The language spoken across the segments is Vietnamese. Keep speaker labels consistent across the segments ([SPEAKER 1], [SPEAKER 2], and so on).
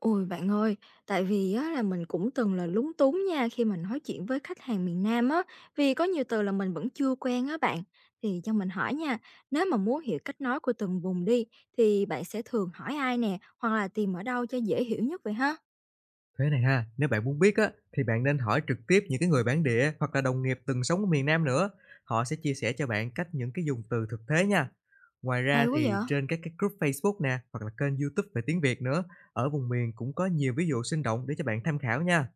[SPEAKER 1] Ôi, bạn ơi, tại vì á là mình cũng từng là lúng túng nha khi mà nói chuyện với khách hàng miền Nam á, vì có nhiều từ là mình vẫn chưa quen á bạn. Thì cho mình hỏi nha, nếu mà muốn hiểu cách nói của từng vùng đi thì bạn sẽ thường hỏi ai nè, hoặc là tìm ở đâu cho dễ hiểu nhất vậy ha?
[SPEAKER 2] Thế này ha, nếu bạn muốn biết á, thì bạn nên hỏi trực tiếp những cái người bản địa hoặc là đồng nghiệp từng sống ở miền Nam nữa. Họ sẽ chia sẻ cho bạn cách những cái dùng từ thực tế nha. Ngoài
[SPEAKER 1] Hay
[SPEAKER 2] ra
[SPEAKER 1] quá vậy?
[SPEAKER 2] thì trên các cái group Facebook nè, hoặc là kênh YouTube về tiếng Việt nữa, ở vùng miền cũng có nhiều ví dụ sinh động để cho bạn tham khảo nha.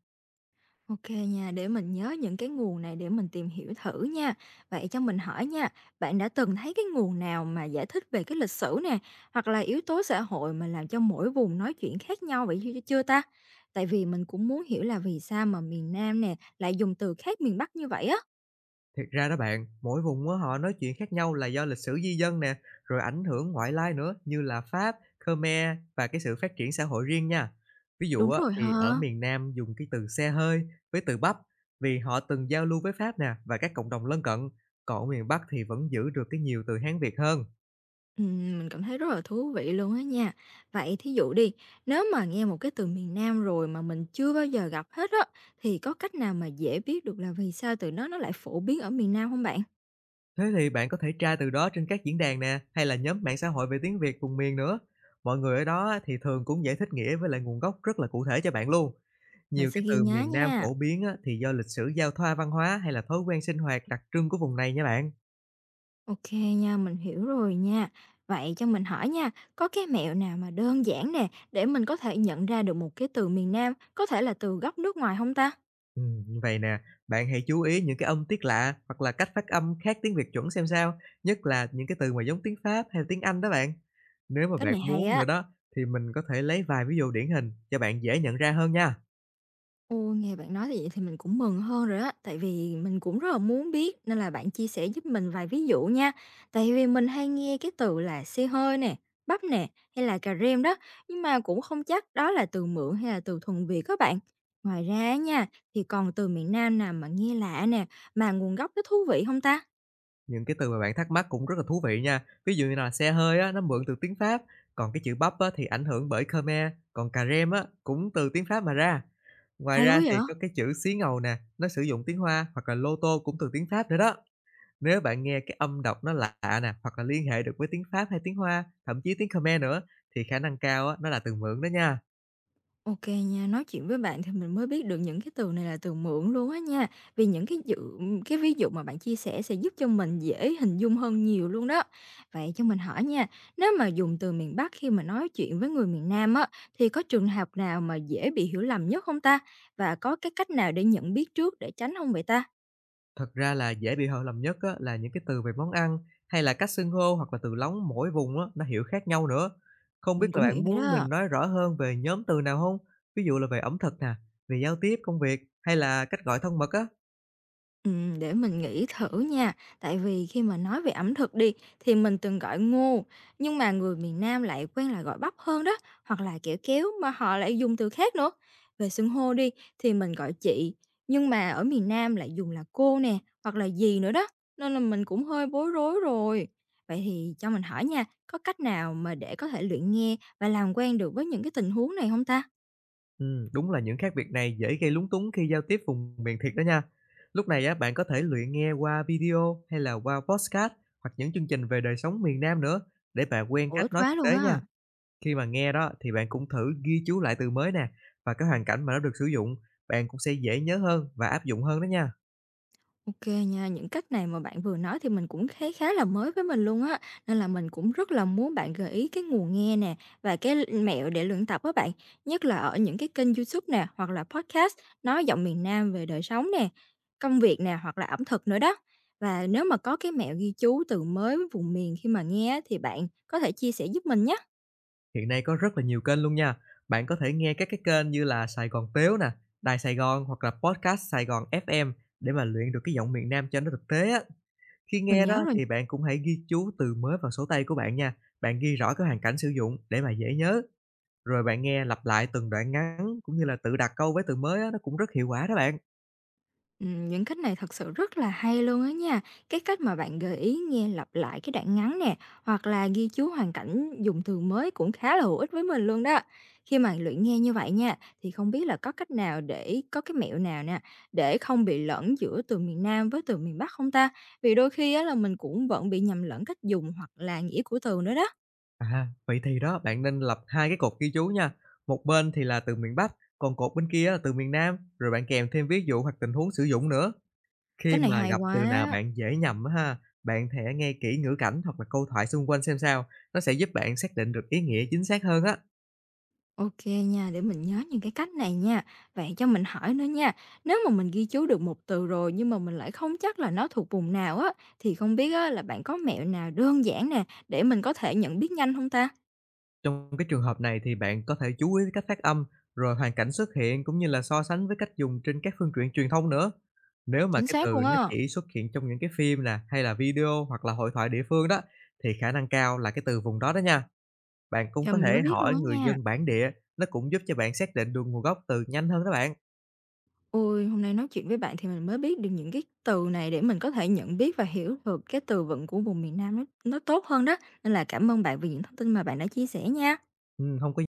[SPEAKER 1] Ok nha, để mình nhớ những cái nguồn này để mình tìm hiểu thử nha. Vậy cho mình hỏi nha, bạn đã từng thấy cái nguồn nào mà giải thích về cái lịch sử nè, hoặc là yếu tố xã hội mà làm cho mỗi vùng nói chuyện khác nhau chưa ta? Tại vì mình cũng muốn hiểu là vì sao mà miền Nam nè lại dùng từ khác miền Bắc như vậy á.
[SPEAKER 2] Thiệt ra đó bạn, mỗi vùng á, họ nói chuyện khác nhau là do lịch sử di dân nè, rồi ảnh hưởng ngoại lai nữa như là Pháp, Khmer và cái sự phát triển xã hội riêng nha. Ví dụ
[SPEAKER 1] Đúng
[SPEAKER 2] á,
[SPEAKER 1] rồi
[SPEAKER 2] thì ở
[SPEAKER 1] ha.
[SPEAKER 2] miền Nam dùng cái từ xe hơi với từ bắp vì họ từng giao lưu với Pháp nè và các cộng đồng lân cận. Còn ở miền Bắc thì vẫn giữ được cái nhiều từ Hán Việt hơn.
[SPEAKER 1] Mình cảm thấy rất là thú vị luôn á nha. Vậy thí dụ đi, nếu mà nghe một cái từ miền Nam rồi mà mình chưa bao giờ gặp hết á, thì có cách nào mà dễ biết được là vì sao từ đó nó lại phổ biến ở miền Nam không bạn?
[SPEAKER 2] Thế thì bạn có thể tra từ đó trên các diễn đàn nè hay là nhóm mạng xã hội về tiếng Việt vùng miền nữa. Mọi người ở đó á, thì thường cũng giải thích nghĩa với lại nguồn gốc rất là cụ thể cho bạn luôn.
[SPEAKER 1] Mình
[SPEAKER 2] Nhiều
[SPEAKER 1] sẽ
[SPEAKER 2] cái
[SPEAKER 1] ghi
[SPEAKER 2] từ
[SPEAKER 1] nhớ
[SPEAKER 2] miền Nam
[SPEAKER 1] nha.
[SPEAKER 2] phổ biến á, thì do lịch sử giao thoa văn hóa hay là thói quen sinh hoạt đặc trưng của vùng này nha bạn.
[SPEAKER 1] OK nha, mình hiểu rồi nha. Vậy cho mình hỏi nha, có cái mẹo nào mà đơn giản nè, để mình có thể nhận ra được một cái từ miền Nam, có thể là từ gốc nước ngoài không ta?
[SPEAKER 2] Như vậy nè, bạn hãy chú ý những cái âm tiết lạ hoặc là cách phát âm khác tiếng Việt chuẩn xem sao, nhất là những cái từ mà giống tiếng Pháp hay là tiếng Anh đó bạn. Nếu mà
[SPEAKER 1] Cái này
[SPEAKER 2] bạn
[SPEAKER 1] hay
[SPEAKER 2] muốn nữa
[SPEAKER 1] á.
[SPEAKER 2] đó thì mình có thể lấy vài ví dụ điển hình cho bạn dễ nhận ra hơn nha.
[SPEAKER 1] Ôi, nghe bạn nói thì vậy thì mình cũng mừng hơn rồi á, tại vì mình cũng rất là muốn biết nên là bạn chia sẻ giúp mình vài ví dụ nha. Tại vì mình hay nghe cái từ là xì hơi nè, bắp nè hay là cà rem đó, nhưng mà cũng không chắc đó là từ mượn hay là từ thuần Việt các bạn. Ngoài ra nha, thì còn từ miền Nam nào mà nghe lạ nè, mà nguồn gốc nó thú vị không ta?
[SPEAKER 2] Những cái từ mà bạn thắc mắc cũng rất là thú vị nha. Ví dụ như là xe hơi á, nó mượn từ tiếng Pháp, còn cái chữ bắp á, thì ảnh hưởng bởi Khmer, còn cà rem á, cũng từ tiếng Pháp mà ra. Ngoài
[SPEAKER 1] Hay
[SPEAKER 2] ra
[SPEAKER 1] quá vậy?
[SPEAKER 2] thì có cái chữ xí ngầu nè, nó sử dụng tiếng Hoa hoặc là lô tô cũng từ tiếng Pháp nữa đó. Nếu bạn nghe cái âm đọc nó lạ nè, hoặc là liên hệ được với tiếng Pháp hay tiếng Hoa, thậm chí tiếng Khmer nữa, thì khả năng cao á, nó là từ mượn đó nha.
[SPEAKER 1] OK nha, nói chuyện với bạn thì mình mới biết được những cái từ này là từ mượn luôn á nha. Vì những cái dự cái ví dụ mà bạn chia sẻ sẽ giúp cho mình dễ hình dung hơn nhiều luôn đó. Vậy cho mình hỏi nha, nếu mà dùng từ miền Bắc khi mà nói chuyện với người miền Nam á, thì có trường hợp nào mà dễ bị hiểu lầm nhất không ta? Và có cái cách nào để nhận biết trước để tránh không vậy ta?
[SPEAKER 2] Thật ra là dễ bị hiểu lầm nhất á, là những cái từ về món ăn hay là cách xưng hô hoặc là từ lóng mỗi vùng á, nó hiểu khác nhau nữa. Không
[SPEAKER 1] Mình
[SPEAKER 2] biết là
[SPEAKER 1] cũng nghĩ
[SPEAKER 2] bạn
[SPEAKER 1] vậy
[SPEAKER 2] muốn mình
[SPEAKER 1] đó.
[SPEAKER 2] nói rõ hơn về nhóm từ nào không. Ví dụ là về ẩm thực nè, về giao tiếp công việc hay là cách gọi thân mật á.
[SPEAKER 1] Để mình nghĩ thử nha, tại vì khi mà nói về ẩm thực đi thì mình từng gọi ngô, nhưng mà người miền Nam lại quen là gọi bắp hơn đó, hoặc là kẹo kéo mà họ lại dùng từ khác nữa. Về xưng hô đi thì mình gọi chị, nhưng mà ở miền Nam lại dùng là cô nè, hoặc là dì nữa đó, nên là mình cũng hơi bối rối rồi. Vậy thì cho mình hỏi nha, có cách nào mà để có thể luyện nghe và làm quen được với những cái tình huống này không ta?
[SPEAKER 2] Đúng là những khác biệt này dễ gây lúng túng khi giao tiếp vùng miền thiệt đó nha. Lúc này á, bạn có thể luyện nghe qua video hay là qua podcast hoặc những chương trình về đời sống miền Nam nữa để bạn quen
[SPEAKER 1] Hữu
[SPEAKER 2] cách
[SPEAKER 1] ích
[SPEAKER 2] nói
[SPEAKER 1] quá
[SPEAKER 2] thực
[SPEAKER 1] luôn
[SPEAKER 2] tế nha.
[SPEAKER 1] á.
[SPEAKER 2] Khi mà nghe đó thì bạn cũng thử ghi chú lại từ mới nè và cái hoàn cảnh mà nó được sử dụng, bạn cũng sẽ dễ nhớ hơn và áp dụng hơn đó nha.
[SPEAKER 1] OK nha, những cách này mà bạn vừa nói thì mình cũng thấy khá là mới với mình luôn á, nên là mình cũng rất là muốn bạn gợi ý cái nguồn nghe nè và cái l mẹo để luyện tập á bạn, nhất là ở những cái kênh YouTube nè, hoặc là podcast nói giọng miền Nam về đời sống nè, công việc nè, hoặc là ẩm thực nữa đó. Và nếu mà có cái mẹo ghi chú từ mới với vùng miền khi mà nghe á thì bạn có thể chia sẻ giúp mình nhé,
[SPEAKER 2] Hiện nay có rất là nhiều kênh luôn nha. Bạn có thể nghe các cái kênh như là Sài Gòn Tếu nè, Đài Sài Gòn hoặc là podcast Sài Gòn FM để mà luyện được cái giọng miền Nam cho nó thực tế á. Khi
[SPEAKER 1] mình
[SPEAKER 2] nghe
[SPEAKER 1] nhớ
[SPEAKER 2] đó
[SPEAKER 1] rồi.
[SPEAKER 2] thì bạn cũng hãy ghi chú từ mới vào số tay của bạn nha. Bạn ghi rõ cái hoàn cảnh sử dụng để mà dễ nhớ. Rồi bạn nghe lặp lại từng đoạn ngắn cũng như là tự đặt câu với từ mới á, nó cũng rất hiệu quả đó bạn.
[SPEAKER 1] Những cách này thật sự rất là hay luôn á nha. Cái cách mà bạn gợi ý nghe lặp lại cái đoạn ngắn nè, hoặc là ghi chú hoàn cảnh dùng từ mới cũng khá là hữu ích với mình luôn đó. Khi mà luyện nghe như vậy nha, thì không biết là có cách nào để có cái mẹo nào nè, để không bị lẫn giữa từ miền Nam với từ miền Bắc không ta? Vì đôi khi á là mình cũng vẫn bị nhầm lẫn cách dùng hoặc là nghĩa của từ nữa đó.
[SPEAKER 2] À, vậy thì đó, bạn nên lập 2 cái cột ghi chú nha. Một bên thì là từ miền Bắc, còn cột bên kia là từ miền Nam, rồi bạn kèm thêm ví dụ hoặc tình huống sử dụng nữa. Khi
[SPEAKER 1] Cách này
[SPEAKER 2] mà
[SPEAKER 1] hay
[SPEAKER 2] gặp từ
[SPEAKER 1] quá.
[SPEAKER 2] nào bạn dễ nhầm á ha, bạn thể nghe kỹ ngữ cảnh hoặc là câu thoại xung quanh xem sao, nó sẽ giúp bạn xác định được ý nghĩa chính xác hơn á.
[SPEAKER 1] OK nha, để mình nhớ những cái cách này nha. Vậy cho mình hỏi nữa nha, nếu mà mình ghi chú được một từ rồi nhưng mà mình lại không chắc là nó thuộc vùng nào á, thì không biết á, là bạn có mẹo nào đơn giản nè để mình có thể nhận biết nhanh không ta?
[SPEAKER 2] Trong cái trường hợp này thì bạn có thể chú ý đến cách phát âm, rồi hoàn cảnh xuất hiện cũng như là so sánh với cách dùng trên các phương tiện truyền thông nữa. Nếu mà
[SPEAKER 1] Chính
[SPEAKER 2] cái
[SPEAKER 1] xác
[SPEAKER 2] từ
[SPEAKER 1] luôn
[SPEAKER 2] nó
[SPEAKER 1] á,
[SPEAKER 2] chỉ xuất hiện trong những cái phim nè, hay là video hoặc là hội thoại địa phương đó, thì khả năng cao là cái từ vùng đó đó nha. Bạn cũng
[SPEAKER 1] giờ
[SPEAKER 2] có
[SPEAKER 1] mình mới
[SPEAKER 2] thể
[SPEAKER 1] biết luôn
[SPEAKER 2] hỏi
[SPEAKER 1] á
[SPEAKER 2] người
[SPEAKER 1] nha.
[SPEAKER 2] dân bản địa, nó cũng giúp cho bạn xác định được nguồn gốc từ nhanh hơn đó bạn.
[SPEAKER 1] Ôi, hôm nay nói chuyện với bạn thì mình mới biết được những cái từ này để mình có thể nhận biết và hiểu được cái từ vựng của vùng miền Nam nó tốt hơn đó. Nên là cảm ơn bạn vì những thông tin mà bạn đã chia sẻ nha.
[SPEAKER 2] Hông có